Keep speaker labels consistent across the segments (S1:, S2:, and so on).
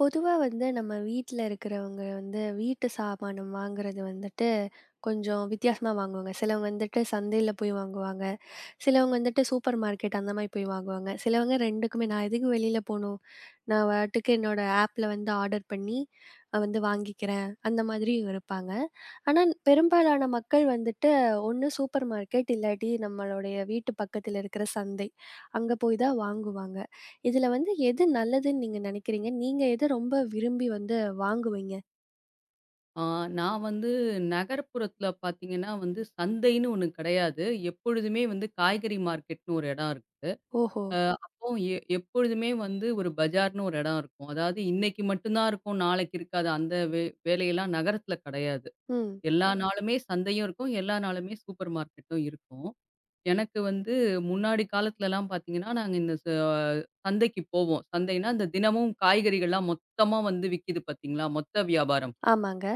S1: பொதுவா வந்து நம்ம வீட்ல இருக்கிறவங்க வந்து வீட்டு சாமானம் வாங்குறது வந்துட்டு கொஞ்சம் வித்தியாசமா வாங்குவாங்க. சிலவங்க வந்துட்டு சந்தையில போய் வாங்குவாங்க. சிலவங்க வந்துட்டு சூப்பர் மார்க்கெட் அந்த மாரி போய் வாங்குவாங்க. சிலவங்க 2க்குமே நான் எதுக்கு வெளில போணும்? நான் பாட்டுக்கு என்னோட ஆப்ல வந்து ஆர்டர் பண்ணி வந்து வாங்கிக்கிறேன். அந்த மாதிரியும் இருப்பாங்க. ஆனா பெரும்பாலான மக்கள் வந்துட்டு ஒண்ணு சூப்பர் மார்க்கெட் இல்லாட்டி நம்மளுடைய வீட்டு பக்கத்துல இருக்கிற சந்தை. அங்க போய் தான் வாங்குவாங்க. இதுல வந்து எது நல்லதுன்னு நீங்க நினைக்கிறீங்க? நீங்க எத ரொம்ப விரும்பி வந்து வாங்குவீங்க?
S2: ஆ, நான் வந்து நகர்ப்புறத்துல பார்த்தீங்கன்னா வந்து சந்தைன்னு ஒண்ணு கிடையாது. எப்பொழுதுமே வந்து காய்கறி மார்க்கெட்ன்னு ஒரு இடம் இருக்கு.
S1: ஓஹோ!
S2: அ அப்போ எப்பொழுதுமே வந்து ஒரு பஜார்ன்னு ஒரு இடம் இருக்கும். அதாவது இன்னைக்கு மட்டும் தான் இருக்கும், நாளைக்கு இருக்காது. அந்த வே வேலையெல்லாம் நகரத்துல கிடையாது.
S1: ம்.
S2: எல்லா நாளுமே சந்தையும் இருக்கும், எல்லா நாளுமே சூப்பர் மார்க்கெட்டும் இருக்கும். எனக்கு வந்து முன்னாடி காலத்துலலாம் பார்த்தீங்கன்னா, நாங்க இந்த சந்தைக்கு போவோம். சந்தைன்னா இந்த தினமும் காய்கறிகள்லாம் மொத்தமா வந்து விக்கிது பார்த்தீங்களா? மொத்த வியாபாரம்.
S1: ஆமாங்க.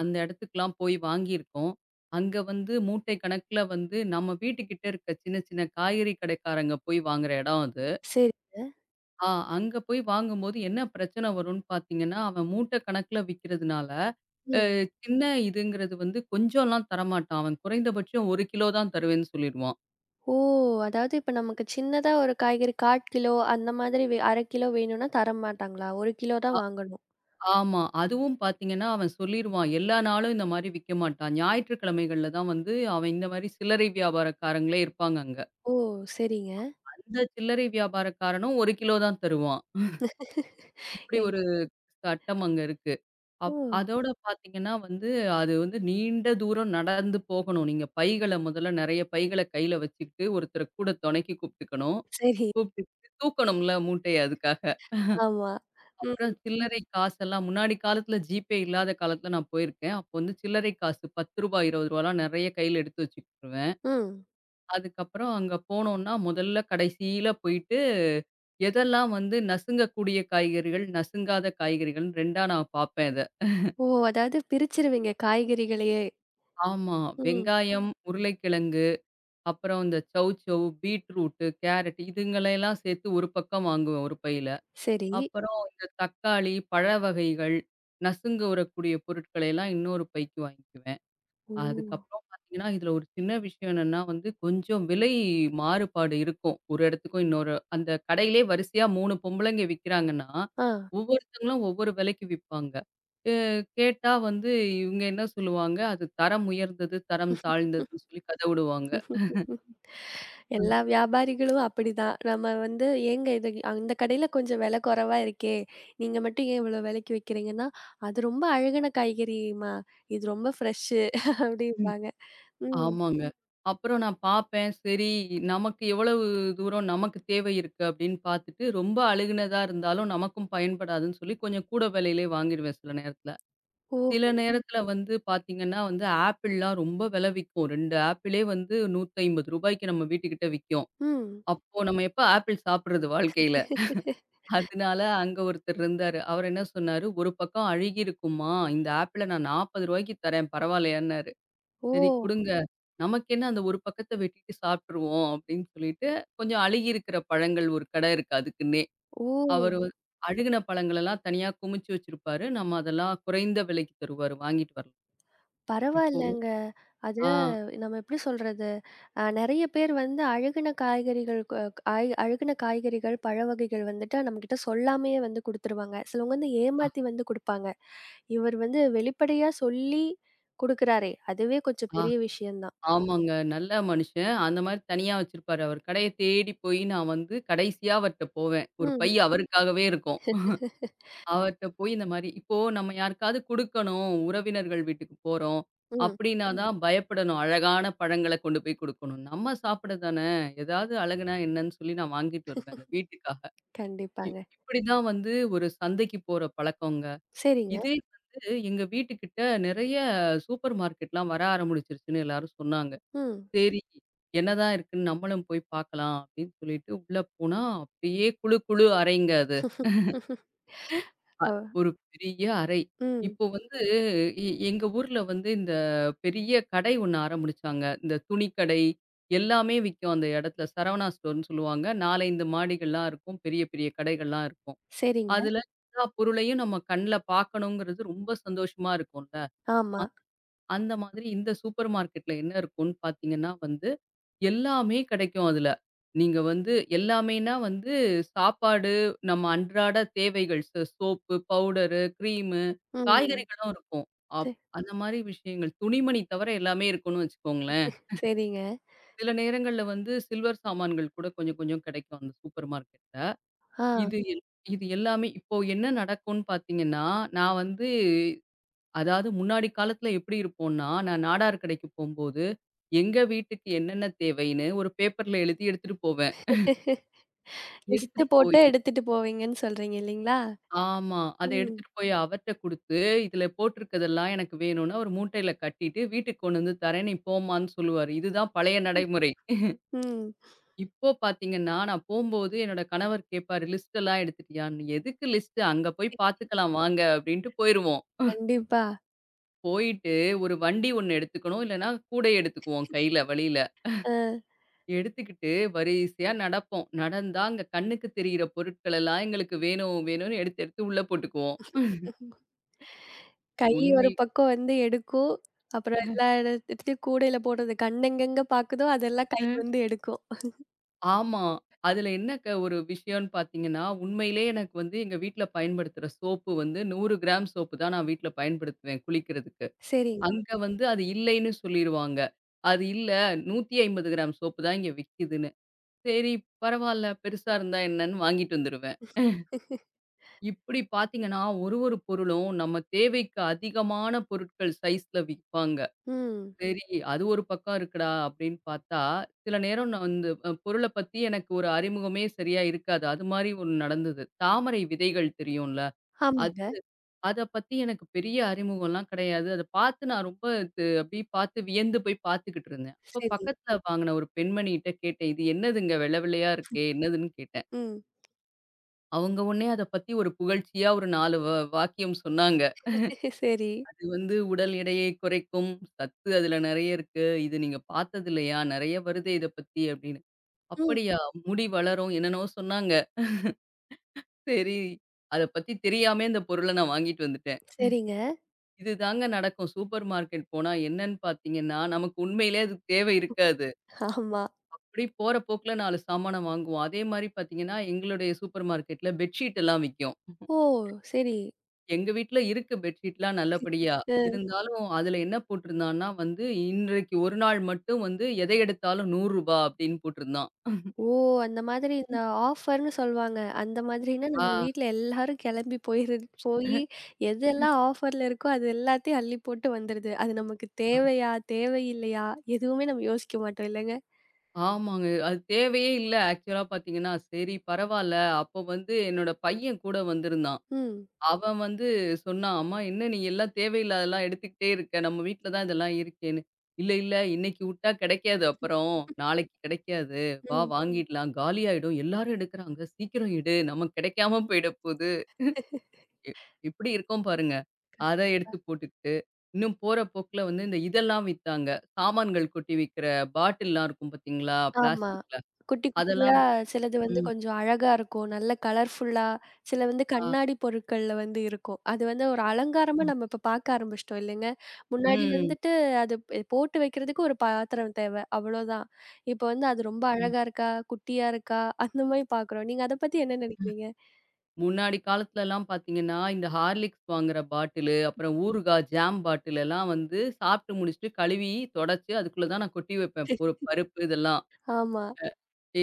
S2: அந்த இடத்துக்குலாம் போய் வாங்கியிருக்கோம். அங்க வந்து மூட்டை கணக்குல வந்து நம்ம வீட்டுக்கிட்ட இருக்க சின்ன சின்ன காய்கறி கடைக்காரங்க போய் வாங்குற இடம் அது.
S1: சரிங்க.
S2: ஆ அங்க போய் வாங்கும்போது என்ன பிரச்சனை வரும்ன்னு பார்த்தீங்கன்னா, அவன் மூட்டை கணக்குல விக்கிறதுனால, அ
S1: ம்.
S2: சின்ன இதுங்கிறது வந்து கொஞ்சம்லாம் தரமாட்டான். அவன் குறைந்தபட்சம் 1 கிலோ தான் தருவேன்னு சொல்லிருவான்.
S1: ஓ! அதாவது இப்ப நமக்கு சின்னதா ஒரு காய்கறி 1/4 கிலோ அந்த மாதிரி 1/2 கிலோ வேணும்னா தரமாட்டாங்களா? 1 கிலோ
S2: அ
S1: தான் வாங்கணும்.
S2: ஆமா. அதுவும் பார்த்தீங்கன்னா, அவன் சொல்லிருவான், எல்லா நாளும் இந்த மாரி விக்க மாட்டான். ஞாயிற்றுக்கிழமைகள்ல தான் வந்து அவன் இந்த மாரி சில்லறை வியாபாரக்காரங்களே இருப்பாங்க அங்க.
S1: ஓ! சரிங்க.
S2: அந்த சில்லறை வியாபாரக்காரனும் 1 கிலோ தான் தருவான். இப்படி
S1: எங்
S2: ஒரு சட்டம் அங்க இருக்கு.
S1: ஓ!
S2: அதோட பார்த்தீங்கன்னா வந்து, அது வந்து நீண்ட தூரம் நடந்து போகணும். நீங்க பைகள முதல்ல நெறைய பைகள கையில வச்சுக்கிட்டு, ஒருத்தர கூட தொணைக்கு கூப்ட்டுக்கணும்.
S1: சரி.
S2: கூப்ட்டுக்கிட்டு தூக்கணும்ல மூட்டைய அதுக்காக.
S1: ஆமா. ம்.
S2: அப்புறம் சில்லறை காசெல்லாம் முன்னாடி காலத்துல ஜிபே இல்லாத காலத்துல நான் போயிருக்கேன். அப்போ வந்து சில்லறை காசு ரூ. 10 ரூ. 20லாம் நெறைய கையில எடுத்து வச்சுக்குருவேன்.
S1: ம்.
S2: அதுக்கப்புறம் அங்க போனோம்னா, முதல்ல கடைசியில போயிட்டு, எதெல்லாம் வந்து நசுங்கக்கூடிய காய்கறிகள், நசுங்காத காய்கறிகள்ன்னு 2ஆ நான் பார்ப்பேன் அத.
S1: ஓ! அதாவது பிரிச்சுருவீங்க காய்கறிகளையே.
S2: ஆமா.
S1: ம்.
S2: வெங்காயம், உருளைக்கிழங்கு, அப்புறம் இந்த சௌசௌ, பீட்ரூட்டு, கேரட் இதுங்களையெல்லாம் சேர்த்து ஒரு பக்கம் வாங்குவேன் ஒரு பையில.
S1: சரி.
S2: அப்புறம் இந்த தக்காளி, பழ வகைகள், நசுங்க உரக்கூடிய பொருட்களை எல்லாம் இன்னொரு பைக்கு வாங்கிக்குவேன்.
S1: ஓ!
S2: அதுக்கப்புறம் பார்த்தீங்கன்னா, இதுல ஒரு சின்ன விஷயம் என்னன்னா வந்து, கொஞ்சம் விலை மாறுபாடு இருக்கும். ஒரு இடத்துக்கும் இன்னொரு அந்த கடையிலே வரிசையா 3 பொம்பளைங்க விக்கிறாங்கன்னா,
S1: ஆ.
S2: ஒவ்வொருத்தங்களும் ஒவ்வொரு விலைக்கு விப்பாங்க. அ கேட்டா வந்து இவங்க என்ன சொல்லுவாங்க, அது தரம் உயர்ந்தது, தரம் தாழ்ந்ததுன்னு சொல்லி கத விடுவாங்க. அ,
S1: எல்லா வியாபாரிகளும் அப்படிதான். நம்ம வந்து "ஏங்க இது அந்த கடையில கொஞ்சம் விலை குறைவா இருக்கே, நீங்க மட்டும் ஏன் இவ்வளோ விலைக்கு விக்கிறீங்கன்னா?" "அது ரொம்ப அழுகுன காய்கறிம்மா, இது ரொம்ப ஃப்ரெஷ்ஷு"
S2: ம்.
S1: அப்படிம்பாங்க. ம்.
S2: ஆமாங்க. அப்புறம் நான் பார்ப்பேன். சரி, நமக்கு எவ்வளவு தூரம் நமக்கு தேவை இருக்கு அப்படின்னு பார்த்துட்டு, ரொம்ப அழுகுனதா இருந்தாலும் நமக்கும் பயன்படாதுன்னு சொல்லி கொஞ்சம் கூட விலையிலே வாங்கிருவேன் சில நேரத்துல. சில
S1: ஓஹோ!
S2: நேரத்துல வந்து பாத்தீங்கன்னா வந்து ஆப்பிள்லாம் ரொம்ப விலை விக்கும். 2 ஆப்பிளே வந்து ரூ. 150க்கு நம்ம வீட்டுக்கிட்ட விக்கும்.
S1: ம்.
S2: அப்போ நம்ம எப்ப ஆப்பிள் சாப்பிடுறது வாழ்க்கையில? அதனால அங்க ஒருத்தர் இருந்தாரு. அவர் என்ன சொன்னாரு, "ஒரு பக்கம் அழுகி இருக்கும்மா, இந்த ஆப்பிள நான் ரூ. 40க்கு தரேன் பரவாயில்லையான்னாரு."
S1: ஓ!
S2: "சரி குடுங்க. நமக்கு என்ன அந்த ஒரு பக்கத்த வெட்டிட்டு சாப்பிட்டுருவோம்." அப்படின்னு சொல்லிட்டு கொஞ்சம் அழுகி இருக்கிற பழங்கள் ஒரு கடை இருக்கு அதுக்குன்னே.
S1: ஓ!
S2: அவரு வ அழுகுன பழங்களெல்லாம் தனியா குமிச்சு வச்சிருப்பாரு. நம்ம அதெல்லாம் குறைந்த விலைக்கு தருவாரு வாங்கிட்டு வரலாம். இப்போ
S1: பரவாயில்லங்க. அது
S2: ஆ,
S1: நம்ம எப்படி சொல்றது? நெறைய பேர் வந்து அழுகுன காய்கறிகள் காய் அழுகுன காய்கறிகள், பழ வகைகள் வந்துட்டு நம்மகிட்ட சொல்லாமயே வந்து குடுத்துருவாங்க. சிலவங்க வந்து
S2: அ,
S1: ஏமாத்தி வந்து குடுப்பாங்க. இவர் வந்து வெளிப்படையா சொல்லி குடுக்குறாரே! அதுவே கொஞ்சம்
S2: ஆ,
S1: பெரிய விஷயம் தான்.
S2: ஆமாங்க. நல்ல மனுஷன். அந்த மாரி தனியா வச்சிருப்பாரு. அவர் கடைய தேடி போய் நான் வந்து கடைசியா அவர்ட்ட போவேன். ஒரு
S1: ம்,
S2: பை அவருக்காகவே இருக்கும். அவர்ட்ட போய் இந்த மாரி இப்போ நம்ம யாருக்காவது குடுக்கணும், உறவினர்கள் வீட்டுக்கு போறோம்.
S1: ம்.
S2: அப்படின்னா தான் பயப்படணும். அழகான பழங்கள கொண்டு போய் குடுக்கணும். நம்ம சாப்பிட தானே! ஏதாவது அழகுனா என்னன்னு சொல்லி நான் வாங்கிட்டு வருவேன் அந்த வீட்டுக்காக. இ
S1: கண்டிப்பாங்க.
S2: இப்படிதான் வந்து ஒரு சந்தைக்கு போற பழக்கங்க.
S1: சரிங்க.
S2: இதே வந்து எங்க வீட்டுக்கிட்ட நெறைய சூப்பர் மார்க்கெட்லாம் வர ஆரம்பிச்சிருச்சுன்னு எல்லாரும் சொன்னாங்க.
S1: ம்.
S2: சரி. என்னதான் இருக்குன்னு நம்மளும் போய் பார்க்கலாம் அப்படின்னு சொல்லிட்டு உள்ள போனா, அப்படியே குளு குளு அறைங்க அது. அ.
S1: ஓ!
S2: ஒரு பெரிய அறை.
S1: ம்.
S2: இப்போ வந்து எங்க ஊர்ல வந்து இந்த பெரிய கடை ஒண்ணு ஆரம்பிச்சாங்க. இந்த துணிக்கடை எல்லாமே விக்கும் அந்த இடத்துல. சரவணா ஸ்டோர்ன்னு சொல்லுவாங்க. 4, 5 மாடிகள்லாம் இருக்கும். பெரிய பெரிய கடைகள்லாம் இருக்கும்.
S1: சரிங்க.
S2: அதுல எல்லா பொருளையும் நம்ம கண்ல பார்க்கணுங்கிறது ரொம்ப சந்தோஷமா இருக்கும்.
S1: ஆமா.
S2: அந்த மாதிரி இந்த சூப்பர் மார்க்கெட்ல என்ன இருக்கும்ன்னு பார்த்தீங்கன்னா வந்து, எல்லாமே கிடைக்கும் அதுல. நீங்க வந்து எல்லாமேன்னா வந்து சாப்பாடு, நம்ம அன்றாட தேவைகள் சோப்பு, பவுடரு, கிரீமு,
S1: ம்.
S2: காய்கறிகளும் இருக்கும். அப்
S1: ச
S2: அந்த மாரி விஷயங்கள். துணிமணி தவிர எல்லாமே இருக்கும்னு வச்சுக்கோங்களேன்.
S1: சரிங்க.
S2: சில நேரங்கள்ல வந்து சில்வர் சாமான்கள் கூட கொஞ்சம் கொஞ்சம் கிடைக்கும் அந்த சூப்பர் மார்க்கெட்ல.
S1: ஆ.
S2: இது எல் இது எல்லாமே இப்போ என்ன நடக்கும்ன்னு பார்த்தீங்கன்னா, நான் வந்து அதாவது முன்னாடி காலத்துல எப்படி இருப்போம்னா, நான் நாடார் கடைக்கு போம்போது, எங்க வீட்டுக்கு என்னென்ன தேவைன்னு ஒரு பேப்பர்ல எழுதி எடுத்துட்டு போவேன்.
S1: லிஸ்ட்
S2: எடுத்துட்டு
S1: போட்டு
S2: போயி
S1: எடுத்துட்டு போவீங்கன்னு சொல்றீங்க இல்லீங்களா?
S2: ஆமா. அத
S1: ம்,
S2: எடுத்துட்டு போய் அவர்ட்ட குடுத்து, "இதுல போட்டிருக்கிறதெல்லாம் எனக்கு வேணும்னா ஒரு மூட்டையில கட்டிட்டு வீட்டுக்கு கொண்டு வந்து தரேன். நீ போம்மான்னு" சொல்லுவாரு. இதுதான் பழைய நடைமுறை.
S1: ம்.
S2: இப்போ பாத்தீங்கன்னா, நான் போம்போது என்னோட கணவர் கேட்பாரு, "லிஸ்ட் எல்லாம் எடுத்துட்டியான்னு?" "எதுக்கு லிஸ்ட்? அங்க போய் பாத்துக்கலாம் வாங்க" அப்படின்ட்டு போயிருவோம்.
S1: கண்டிப்பா.
S2: போயிட்டு ஒரு வண்டி ஒண்ணு எடுத்துக்கணும். இல்லன்னா கூடைய எடுத்துக்குவோம் கையில வழியில.
S1: அ
S2: எடுத்துக்கிட்டு வரிசையா நடப்போம். நடந்தா அங்க கண்ணுக்கு தெரியிற பொருட்கள் எல்லாம் எங்களுக்கு வேணும், வேணும்னு எடுத்து, எடுத்து உள்ள போட்டுக்குவோம்.
S1: கை
S2: உண்மை
S1: ஒரு பக்கம் வந்து எடுக்கும். அப்புறம் எல்லா இடத்துலயும் கூடையில போடுறது கண் எங்கெங்க பாக்குதோ அதெல்லாம் கை
S2: ம்.
S1: வந்து எடுக்கும்.
S2: ஆமா. அதுல என்ன ஒரு விஷயம்னு பார்த்தீங்கன்னா, உண்மையிலே எனக்கு வந்து எங்க வீட்ல பயன்படுத்துற சோப்பு வந்து 100 கிராம் சோப்பு தான் நான் வீட்ல பயன்படுத்துவேன் குளிக்கிறதுக்கு.
S1: சரிங்க.
S2: அங்க வந்து அது இல்லைன்னு சொல்லிருவாங்க. அது இல்ல 150 கிராம் சோப்பு தான் இங்க விக்கிதுன்னு. சரி, பரவால்ல பெருசா இருந்தா என்னன்னு வாங்கிட்டு வந்துருவேன். இப்படி பாத்தீங்கன்னா, ஒரு ஒரு பொருளும் நம்ம தேவைக்கு அதிகமான பொருட்கள் சைஸ்ல விப்பாங்க.
S1: ம்.
S2: சரி, அது ஒரு பக்கம் இருக்குடா அப்படின்னு பார்த்தா, சில நேரம் நான் வந்து பொருள பத்தி எனக்கு ஒரு அறிமுகமே சரியா இருக்காது. அது மாரி ஒண்ணு நடந்தது. தாமரை விதைகள் தெரியும்ல? அது
S1: ஆமாங்க.
S2: அத பத்தி எனக்கு பெரிய அறிமுகம்லாம் கிடையாது. அத பார்த்து நான் ரொம்ப இது அப்படியே பார்த்து வியந்து போய் பார்த்துக்கிட்டு இருந்தேன். அப்ப
S1: சரி.
S2: பக்கத்துல வாங்குன ஒரு பெண்மணிகிட்ட கேட்டேன். "இது என்னதுங்க வெள்ள வெள்ளையா இருக்கே?" என்னதுன்னு கேட்டேன்.
S1: ம்.
S2: அவங்க உடனே அத பத்தி ஒரு புகழ்ச்சியா ஒரு 4 வாக்கியம் சொன்னாங்க.
S1: சரி.
S2: இது வந்து உடல் எடையை குறைக்கும். சத்து அதுல நெறைய இருக்கு. இது நீங்க பார்த்தது இல்லையா? நெறைய வருது இத பத்தி அப்படின்னு.
S1: ம்.
S2: அப்படியா? முடி வளரும் என்னன்னவோ சொன்னாங்க. சரி, அத பத்தி தெரியாமயே இந்த பொருள நான் வாங்கிட்டு வந்துட்டேன்.
S1: சரிங்க.
S2: இதுதாங்க நடக்கும். சூப்பர் மார்க்கெட் போனா என்னன்னு பார்த்தீங்கன்னா, நமக்கு உண்மையிலே அது தேவை இருக்காது.
S1: ஆமா.
S2: அப்படி போற போக்குல 4 சாமான வாங்குவோம். அதே மாரி பார்த்தீங்கன்னா, எங்களுடைய சூப்பர் மார்க்கெட்ல பெட்ஷீட் எல்லாம் விக்கும்.
S1: ஓ! சரி.
S2: எங்க வீட்ல இருக்கு பெட்ஷீட்லாம் நல்லபடியா.
S1: அ.
S2: இருந்தாலும் அதுல என்ன போட்டிருந்தான்னா வந்து, "இன்றைக்கு ஒரு நாள் மட்டும் வந்து எதை எடுத்தாலும் ரூ. 100" அப்படின்னு போட்டிருந்தான்.
S1: ஓ! அந்த மாதிரி இந்த ஆஃபர்ன்னு சொல்வாங்க. அந்த மாதிரினா
S2: ஆ,
S1: நம்ம வீட்ல எல்லாரும் கெளம்பி போயிருது எதெல்லாம் ஆஃபர்ல இருக்கோ அது எல்லாத்தையும் அள்ளி போட்டு வந்துருது. அது நமக்கு
S2: ஆ
S1: தேவையா? தேவையில்லையா? எதுவுமே நம்ம யோசிக்க மாட்டோம் இல்லங்க?
S2: ஆமாங்க. அது தேவையே இல்ல ஆக்சுவலா பார்த்தீங்கன்னா. சரி பரவால்ல. அப்போ வந்து என்னோட பையன் கூட வந்திருந்தான்.
S1: ம்.
S2: அவன் வந்து சொன்னான், "அம்மா என்ன நீ எல்லாம் தேவையில்லாததெல்லாம் எடுத்துக்கிட்டே இருக்க. நம்ம வீட்ல தான் இதெல்லாம் இருக்கேன்னு." "இல்ல, இல்ல இன்னைக்கு விட்டா கிடைக்காது அப்புறம். நாளைக்கு கிடைக்காது. வா
S1: ம்.
S2: வாங்கிடலாம். காலியாயிடும். எல்லாரும் எடுக்குறாங்க. சீக்கிரம் எடு. நமக்கு கிடைக்காம போயிட போது." எ எப்படி இருக்கோம் பாருங்க. அத எடுத்து போட்டுக்கிட்டு, இன்னும் போற போக்குல வந்து இந்த இதெல்லாம் வித்தாங்க. சாமான்கள் கொட்டி விக்கிற பாட்டில்லாம் இருக்கும் பார்த்தீங்களா?
S1: ஆமா.
S2: பிளாஸ்டிக்ல.
S1: குட்டி குட்டியா
S2: அதெல்லாம் வி
S1: சிலது வந்து
S2: ம்.
S1: கொஞ்சம் அழகா இருக்கும். நல்ல கலர்ஃபுல்லா, சில வந்து
S2: ஆ.
S1: கண்ணாடி பொருட்கள்ல வந்து இருக்கும். அது வந்து ஒரு அலங்காரமா
S2: ம்.
S1: நம்ம இப்ப பார்க்க ஆரம்பிச்சுட்டோம் இல்லைங்க? முன்னாடி
S2: ம்.
S1: வந்துட்டு அது ப போட்டு வைக்கிறதுக்கு ஒரு பாத்திரம் தேவ. அவ்வளோதான். இப்ப வந்து அது ரொம்ப
S2: ம்.
S1: அழகா இருக்கா? குட்டியா இருக்கா? அந்த மாரி பார்க்குறோம். நீங்க அத பத்தி என்ன நினைக்கிறீங்க?
S2: முன்னாடி காலத்துலலாம் பார்த்தீங்கன்னா, இந்த ஹார்லிக்ஸ் வாங்குற பாட்டிலு, அப்புறம் ஊறுகாய், ஜாம் பாட்டில் எல்லாம் வந்து சாப்பிட்டு முடிச்சுட்டு கழுவி, தொடச்சு அதுக்குள்ள தான் நான் கொட்டி வைப்பேன். ஒரு பருப்பு இதெல்லாம்.
S1: ஆமா.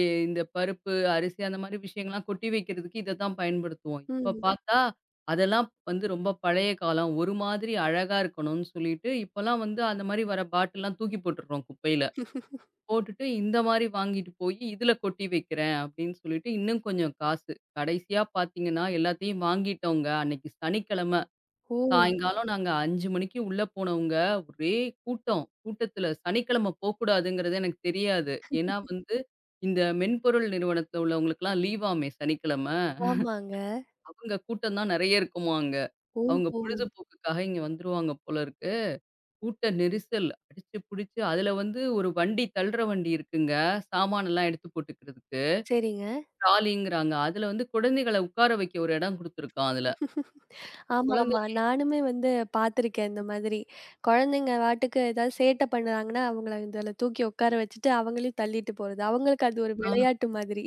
S2: இந்த பருப்பு, அரிசி அந்த மாரி விஷயங்கள்லாம் கொட்டி வைக்கிறதுக்கு இத தான் பயன்படுத்துவோம். இப்ப ம்.
S1: ம்.
S2: பார்த்தா, அதெல்லாம் வந்து ரொம்ப பழைய காலம். ஒரு மாதிரி அழகா இருக்கணும்னு சொல்லிட்டு, இப்பலாம் வந்து அந்த மாரி வர பாட்டில்லாம் தூக்கி போட்டுடுறோம் குப்பையில. போட்டுட்டு இந்த மாரி வாங்கிட்டு போய் இதுல கொட்டி வைக்கிறேன் அப்படின்னு சொல்லிட்டு, இன்னும் கொஞ்சம் காசு. கடைசியா பார்த்தீங்கன்னா, எல்லாத்தையும் வாங்கிட்டோங்க. அன்னைக்கு சனிக்கிழம.
S1: ஓ!
S2: சாயங்காலம் நாங்க 5 மணிக்கு உள்ள போனவங்க, ஒரே கூட்டம். கூட்டத்துல சனிக்கிழமை போக்கூடாதுங்கிறது எனக்கு தெரியாது. ஏன்னா வந்து, இந்த மென்பொருள் நிறுவனத்துல உள்ளவங்களுக்கெல்லாம் லீவாமே சனிக்கிழமை.
S1: ஆமாங்க.
S2: அவங்க கூட்டம் தான் நெறைய இருக்குமா அங்க. அவங்க
S1: ஓஹோ!
S2: பொழுதுபோக்குக்காக இங்க வந்துருவாங்க போல இருக்கு. கூட்ட நெரிசல் அடிச்சு புடிச்சு, அதுல வந்து ஒரு வண்டி தள்ளுற வண்டி இருக்குங்க. சாமானெல்லாம் எடுத்து போட்டுக்கிறதுக்கு.
S1: சரிங்க.
S2: ட்ராலிங்கிறாங்க. அதுல வந்து குழந்தைகள உட்கார வைக்க ஒரு இடம் குடுத்துருக்கான் அதுல.
S1: ஆமா,
S2: குழந்தை
S1: ஆமா. நானுமே வந்து பார்த்துருக்கேன் இந்த மாதிரி. குழந்தைங்க பாட்டுக்கு ஏதாவது சேட்டை பண்ணுறாங்கன்னா, அவங்கள இதுல தூக்கி உட்கார வச்சுட்டு, அவங்களையும் தள்ளிட்டு போறது. அவங்களுக்கு அது ஒரு
S2: ஆ.
S1: விளையாட்டு மாதிரி.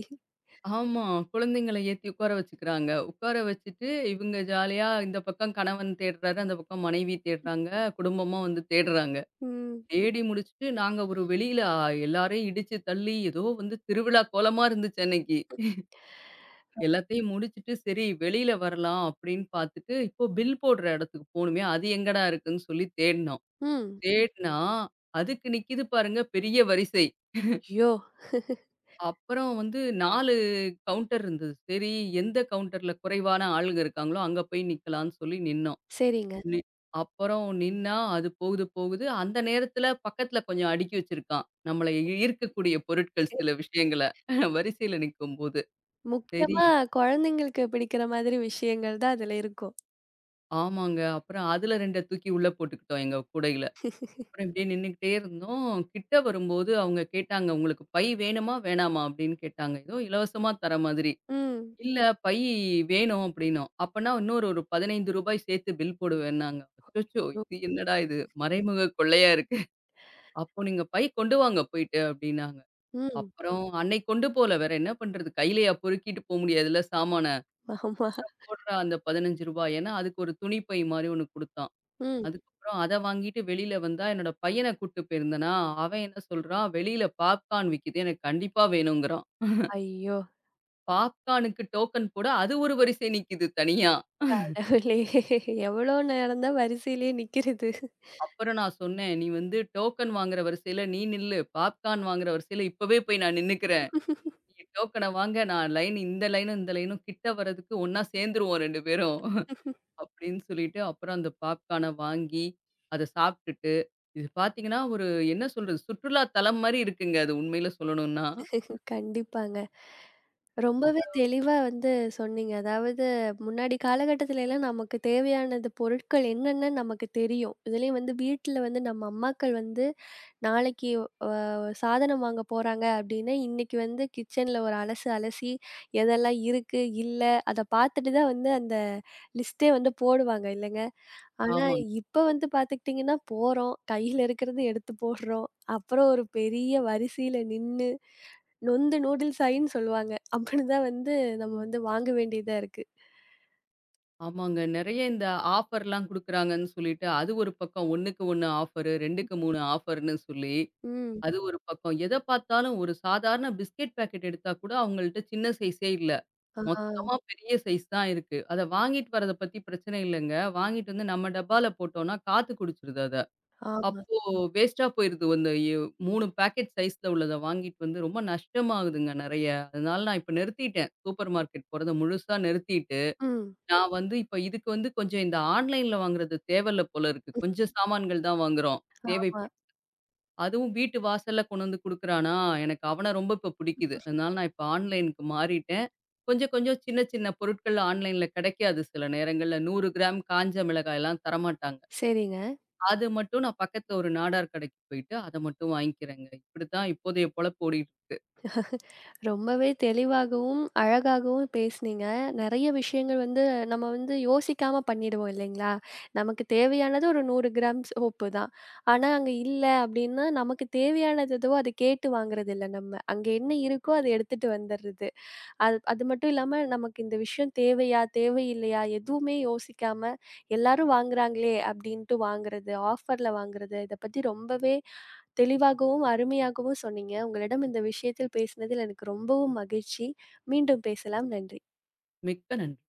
S2: ஆமா. குழந்தைங்கள ஏத்தி உட்கார வச்சுக்கிறாங்க. உட்கார வச்சுட்டு இவங்க ஜாலியா இந்த பக்கம் கணவன் தேடுறாரு, அந்த பக்கம் மனைவி தேடுறாங்க. குடும்பமா வந்து தேடுறாங்க.
S1: ம்.
S2: தேடி முடிச்சுட்டு நாங்க ஒரு வெளியில அ எல்லாரையும் இடிச்சு தள்ளி ஏதோ வந்து திருவிழா கோலமா இருந்துச்சு அன்னைக்கு. எல்லாத்தையும் முடிச்சுட்டு சரி வெளியில வரலாம் அப்படின்னு பார்த்துட்டு, இப்போ பில் போடுற இடத்துக்கு போணுமே, அது எங்கடா இருக்குன்னு சொல்லி தேடினோம்.
S1: ம்.
S2: தேடினா அதுக்கு நிக்கிது பாருங்க பெரிய வரிசை.
S1: ஐயோ!
S2: அப்புறம் வந்து 4 கவுண்டர் இருந்தது. சரி, எந்த கவுண்டர்ல குறைவான ஆளுங்க இருக்காங்களோ, அங்க போய் நிக்கலான்னு சொல்லி நின்னோம்.
S1: சரிங்க.
S2: நி அப்புறம் நின்னா, அது போகுது, போகுது. அந்த நேரத்துல பக்கத்துல கொஞ்சம் அடுக்கி வச்சிருக்கான். நம்மள ஈர்க்கக்கூடிய பொருட்கள் சில விஷயங்கள வரிசையில நிக்கும்போது. சரி
S1: முக்கியமா
S2: இது-
S1: குழந்தைங்களுக்கு பிடிக்கிற மாதிரி விஷயங்கள் தான் அதுல இருக்கும்.
S2: ஆமாங்க. அப்புறம் அதுல 2 தூக்கி உள்ள போட்டுக்கிட்டோம் எங்க கூடையில. அப்புறம் இப்படியே நின்னுக்கிட்டே இருந்தோம். கிட்ட வரும்போது அவங்க கேட்டாங்க, "உங்களுக்கு பை வேணுமா, வேணாமா?" அப்படின்னு கேட்டாங்க. ஏதோ இலவசமா தர மாதிரி.
S1: ம்.
S2: இல்ல பை வேணும் அப்படின்னோம். அப்பன்னா இன்னொரு ஒரு ₹15 சேர்த்து பில் போடுவேன்னாங்க. அச்சச்சோ!
S1: யோ!
S2: இது என்னடா இது? மறைமுக கொள்ளையா இருக்கு. அப்போ நீங்க பை கொண்டு வாங்க போயிட்டு அப்படின்னாங்க.
S1: ம்.
S2: அப்புறம் அன்னைக்கு கொண்டு போல வேற என்ன பண்றது? கையிலயா பொறுக்கிட்டு போ முடியாதுல்ல சாமான.
S1: ஆமா.
S2: போடுறா அந்த ₹15 ஏன்னா அதுக்கு ஒரு துணி பை மாரி ஒண்ணு குடுத்தான்.
S1: ம்.
S2: அதுக்கப்புறம் அத வாங்கிட்டு வெளியில வந்தா என்னோட பையன கூட்டு போயிருந்தேனா, அவன் என்ன சொல்றான், வெளியில பாப்கார்ன் விக்குது. எனக்கு கண்டிப்பா வேணுங்கிறான்.
S1: ஐயோ!
S2: பாப்கார்னுக்கு டோக்கன் போட அது ஒரு வரிசை நிக்குது தனியா.
S1: கடவுளே! எவ்வளோ நேரம் தான் வரிசையிலயே நிக்கிறது.
S2: அப்புறம் நான் சொன்னேன், "நீ வந்து டோக்கன் வாங்குற வரிசையில நீ நில்லு. பாப்கார்ன் வாங்குற வரிசையில இப்பவே போய் நான் நின்னுக்கிறேன். நீங்க டோக்கன வாங்க. நான் இந்த லைனும், இந்த லைனும் கிட்ட வர்றதுக்கு ஒண்ணா சேர்ந்துருவோம் 2 பேரும்." அப்படின்னு சொல்லிட்டு, அப்புறம் அந்த பாப்கார்ன வாங்கி, அத சாப்ட்டுட்டு, இது பாத்தீங்கன்னா, ஒரு என்ன சொல்றது? சுற்றுலா தலம் மாரி இருக்குங்க அது உண்மையில சொல்லணும்னா.
S1: கண்டிப்பாங்க. ரொம்பவே
S2: அவ்ளோ
S1: தெளிவா வந்து சொன்னீங்க. அதாவது முன்னாடி காலகட்டத்துல எல்லாம் நமக்கு தேவையானது பொருட்கள் என்னென்னு நமக்கு தெரியும். இதுலயும் வந்து வீட்ல வந்து நம்ம அம்மாக்கள் வந்து நாளைக்கு சாதனம் வாங்க போறாங்க அப்டின்னா, இன்னைக்கு வந்து கிச்சன்ல ஒரு அலசு அலசி எதெல்லாம் இருக்கு, இல்ல அத பார்த்துட்டு தான் வந்து அந்த லிஸ்ட்டே வந்து போடுவாங்க இல்லங்க? ஆனா,
S2: ஆமாங்க.
S1: இப்ப வந்து பாத்துக்கிட்டீங்கன்னா, போறோம். கையில இருக்கிறத எடுத்து போடுறோம். அப்புறம் ஒரு பெரிய வரிசையில நின்னு, நொந்து நூடுல்ஸ் ஆயின்னு சொல்லுவாங்க. அப்படிதான் வந்து நம்ம வந்து வாங்க வேண்டியதா இருக்கு.
S2: ஆமாங்க. நெறைய இந்த ஆஃபர்லாம் குடுக்குறாங்கன்னு சொல்லிட்டு, அது ஒரு பக்கம் 1க்கு 1 ஆஃபரு, 2க்கு 3 ஆஃபர்ன்னு சொல்லி
S1: ம்.
S2: அது ஒரு பக்கம். எத பார்த்தாலும் ஒரு சாதாரண பிஸ்கட் பாக்கெட் எடுத்தா கூட அவங்கள்ட்ட சின்ன சைஸே இல்ல.
S1: ஆ,
S2: மொத்தமா பெரிய சைஸ் தான் இருக்கு. அத வாங்கிட்டு வரத பத்தி பிரச்சனை இல்லங்க. வாங்கிட்டு வந்து நம்ம டப்பால போட்டோம்னா காத்து குடிச்சிருது அத.
S1: ஆமா.
S2: அப்போ வேஸ்ட்டா போயிருது. அந்த எ 3 பாக்கெட் சைஸ்ல உள்ளத வாங்கிட்டு வந்து ரொம்ப நஷ்டமாகுதுங்க நெறைய. அதனால நான் இப்ப நிறுத்திட்டேன். சூப்பர் மார்க்கெட் போறத முழுசா நிறுத்திட்டு,
S1: ம்.
S2: நான் வந்து இப்ப இதுக்கு வந்து கொஞ்சம் இந்த ஆன்லைன்ல வாங்குறது தேவல்ல போல இருக்கு. கொஞ்சம் சாமான்கள் தான் வாங்குறோம். தேவைப்ப
S1: ஆமா.
S2: அதுவும் வீட்டு வாசல்ல கொண்டு வந்து குடுக்குறானா, எனக்கு அவன ரொம்ப இப்ப பிடிக்குது. அதனால நான் இப்ப ஆன்லைனுக்கு மாறிட்டேன். கொஞ்சம் கொஞ்சம் சின்ன சின்ன பொருட்கள் ஆன்லைன்ல கிடைக்காது சில நேரங்கள்ல. 100 கிராம் காஞ்ச மிளகாய்லாம் தரமாட்டாங்க.
S1: சரிங்க.
S2: அது மட்டும் நான் பக்கத்துல ஒரு நாடார் கடைக்கு போயிட்டு, அத மட்டும் வாங்கிக்கிறேங்க. இப்படித்தான் இப்போதைய பொழப்பு ஓடிட்டு இருக்கு.
S1: ரொம்பவே தெளிவாகவும், அழகாகவும் பேசுனீங்க. நெறைய விஷயங்கள் வந்து நம்ம வந்து யோசிக்காம பண்ணிடுவோம் இல்லைங்களா? நமக்கு தேவையானது ஒரு 100 கிராம் சோப்பு தான். ஆனா, அங்க இல்ல அப்டின்னா, நமக்கு தேவையானது எதுவோ அத கேட்டு வாங்குறது இல்ல நம்ம. அங்க என்ன இருக்கோ அத எடுத்துட்டு வந்துர்றது. அது அது மட்டும் இல்லாம நமக்கு இந்த விஷயம் தேவையா? தேவையில்லையா? எதுவுமே யோசிக்காம, எல்லாரும் வாங்குறாங்களே அப்படின்ட்டு வாங்குறது, ஆஃபர்ல வாங்குறது, இத பத்தி ரொம்பவே தெளிவாகவும், அருமையாகவும் சொன்னீங்க. உங்களிடம் இந்த விஷயத்தில் பேசினதில் எனக்கு ரொம்பவும் மகிழ்ச்சி. மீண்டும் பேசலாம். நன்றி.
S2: மிக்க நன்றி.